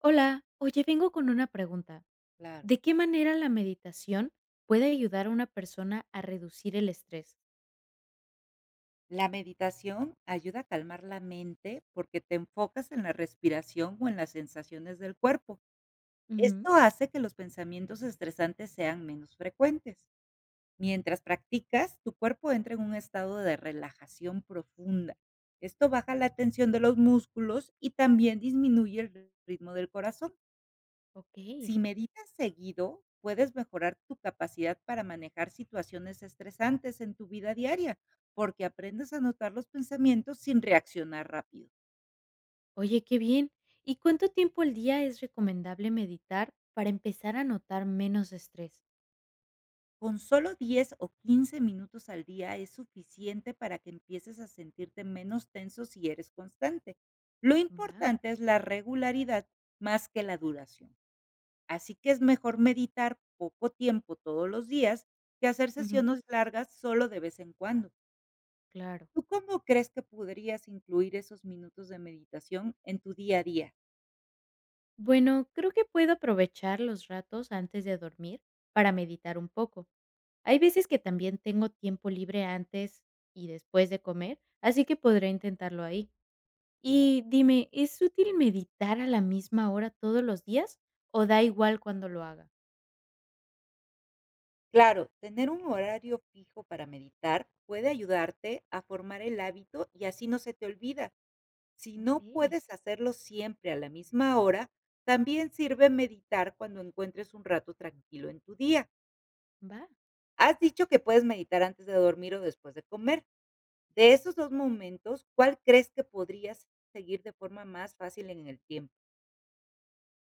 Hola, oye, vengo con una pregunta. Claro. ¿De qué manera la meditación puede ayudar a una persona a reducir el estrés? La meditación ayuda a calmar la mente porque te enfocas en la respiración o en las sensaciones del cuerpo. Ujú. Esto hace que los pensamientos estresantes sean menos frecuentes. Mientras practicas, tu cuerpo entra en un estado de relajación profunda. Esto baja la tensión de los músculos y también disminuye el ritmo del corazón. Ok, Si meditas seguido, puedes mejorar tu capacidad para manejar situaciones estresantes en tu vida diaria, porque aprendes a notar los pensamientos sin reaccionar rápido. oye, qué bien. ¿Y cuánto tiempo al día es recomendable meditar para empezar a notar menos estrés? Con solo diez o 15 minutos al día es suficiente para que empieces a sentirte menos tenso si eres constante. Lo Va. importante es la regularidad más que la duración. Así que es mejor meditar poco tiempo todos los días que hacer Ujú. sesiones largas solo de vez en cuando. Claro. ¿Tú cómo crees que podrías incluir esos minutos de meditación en tu día a día? Bueno, creo que puedo aprovechar los ratos antes de dormir para meditar un poco. Hay veces que también tengo tiempo libre antes y después de comer, así que podré intentarlo ahí. Y dime, ¿es útil meditar a la misma hora todos los días o da igual cuando lo haga? Claro, tener un horario fijo para meditar puede ayudarte a formar el hábito y así no se te olvida. Si no Okey, puedes hacerlo siempre a la misma hora, también sirve meditar cuando encuentres un rato tranquilo en tu día. va. Has dicho que puedes meditar antes de dormir o después de comer. De esos dos momentos, ¿cuál crees que podrías seguir de forma más fácil en el tiempo?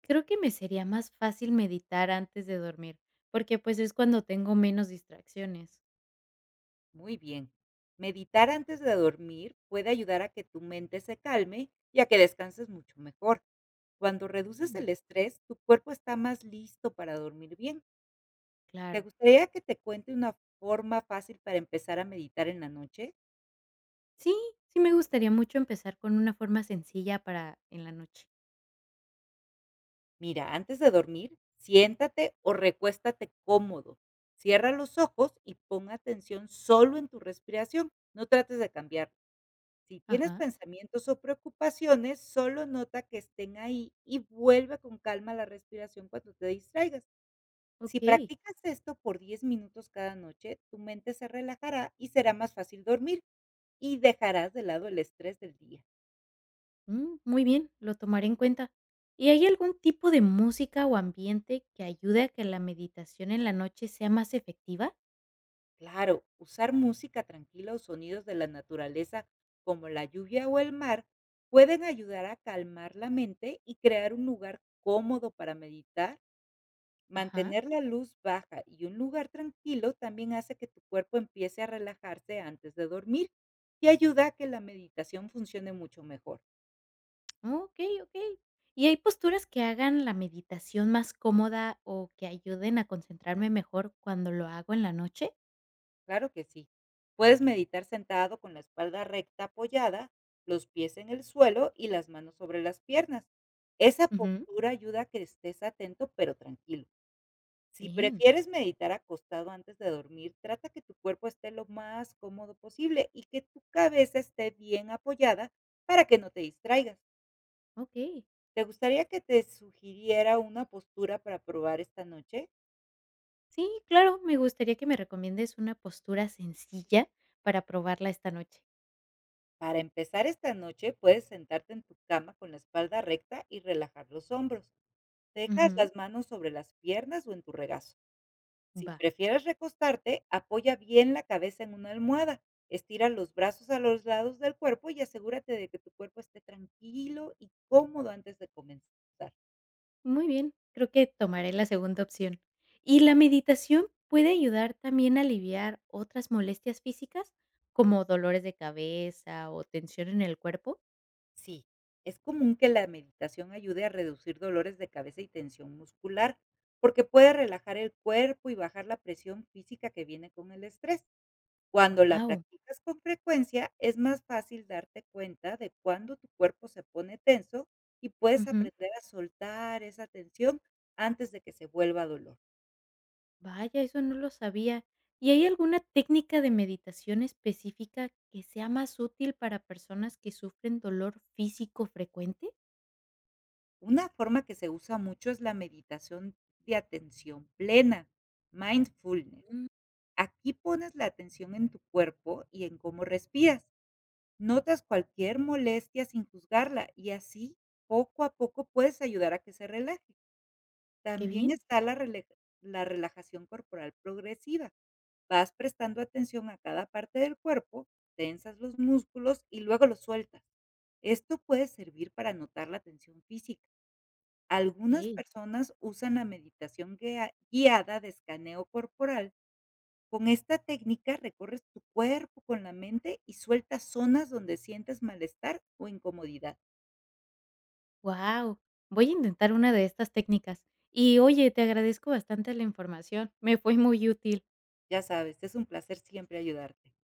Creo que me sería más fácil meditar antes de dormir, porque, pues, es cuando tengo menos distracciones. Muy bien. Meditar antes de dormir puede ayudar a que tu mente se calme y a que descanses mucho mejor. Cuando reduces Mm. el estrés, tu cuerpo está más listo para dormir bien. ¿Te Claro. gustaría que te cuente una forma fácil para empezar a meditar en la noche? Sí, sí me gustaría mucho empezar con una forma sencilla para en la noche. Mira, antes de dormir, siéntate o recuéstate cómodo. Cierra los ojos y pon atención solo en tu respiración. No trates de cambiar. Si tienes Ajá, pensamientos o preocupaciones, solo nota que estén ahí y vuelve con calma a la respiración cuando te distraigas. Si okey. practicas esto por 10 minutos cada noche, tu mente se relajará y será más fácil dormir y dejarás de lado el estrés del día. Mm, muy bien, lo tomaré en cuenta. ¿Y hay algún tipo de música o ambiente que ayude a que la meditación en la noche sea más efectiva? Claro, usar música tranquila o sonidos de la naturaleza como la lluvia o el mar pueden ayudar a calmar la mente y crear un lugar cómodo para meditar. Ajá. Mantener la luz baja y un lugar tranquilo también hace que tu cuerpo empiece a relajarse antes de dormir, y ayuda a que la meditación funcione mucho mejor. Okey, okey. ¿Y hay posturas que hagan la meditación más cómoda o que ayuden a concentrarme mejor cuando lo hago en la noche? Claro que sí. Puedes meditar sentado con la espalda recta apoyada, los pies en el suelo y las manos sobre las piernas. Esa Ujú. postura ayuda a que estés atento pero tranquilo. Si Bien, prefieres meditar acostado antes de dormir, trata que tu cuerpo esté lo más cómodo posible y que tu cabeza esté bien apoyada para que no te distraigas. okey. ¿Te gustaría que te sugiriera una postura para probar esta noche? Sí, claro, me gustaría que me recomiendes una postura sencilla para probarla esta noche. Para empezar esta noche, puedes sentarte en tu cama con la espalda recta y relajar los hombros. Dejas Ujú. las manos sobre las piernas o en tu regazo. Si Va, prefieres recostarte, apoya bien la cabeza en una almohada, estira los brazos a los lados del cuerpo y asegúrate de que tu cuerpo esté tranquilo y cómodo antes de comenzar. muy bien, creo que tomaré la segunda opción. ¿Y la meditación puede ayudar también a aliviar otras molestias físicas, como dolores de cabeza o tensión en el cuerpo? Sí, es común que la meditación ayude a reducir dolores de cabeza y tensión muscular, porque puede relajar el cuerpo y bajar la presión física que viene con el estrés. Cuando la Wow. practicas con frecuencia, es más fácil darte cuenta de cuándo tu cuerpo se pone tenso, y puedes aprender a soltar esa tensión antes de que se vuelva dolor. Vaya, eso no lo sabía. ¿Y hay alguna técnica de meditación específica que sea más útil para personas que sufren dolor físico frecuente? Una forma que se usa mucho es la meditación de atención plena, mindfulness. Mm, Aquí pones la atención en tu cuerpo y en cómo respiras. Notas cualquier molestia sin juzgarla y así poco a poco puedes ayudar a que se relaje. Qué También bien. está la rele la relajación corporal progresiva. Vas prestando atención a cada parte del cuerpo, tensas los músculos y luego los sueltas. Esto puede servir para notar la tensión física. Algunas Ok. personas usan la meditación guiada de escaneo corporal. Con esta técnica recorres tu cuerpo con la mente y sueltas zonas donde sientes malestar o incomodidad. Wow. Voy a intentar una de estas técnicas. Y oye, te agradezco bastante la información. Me fue muy útil. Ya sabes, es un placer siempre ayudarte.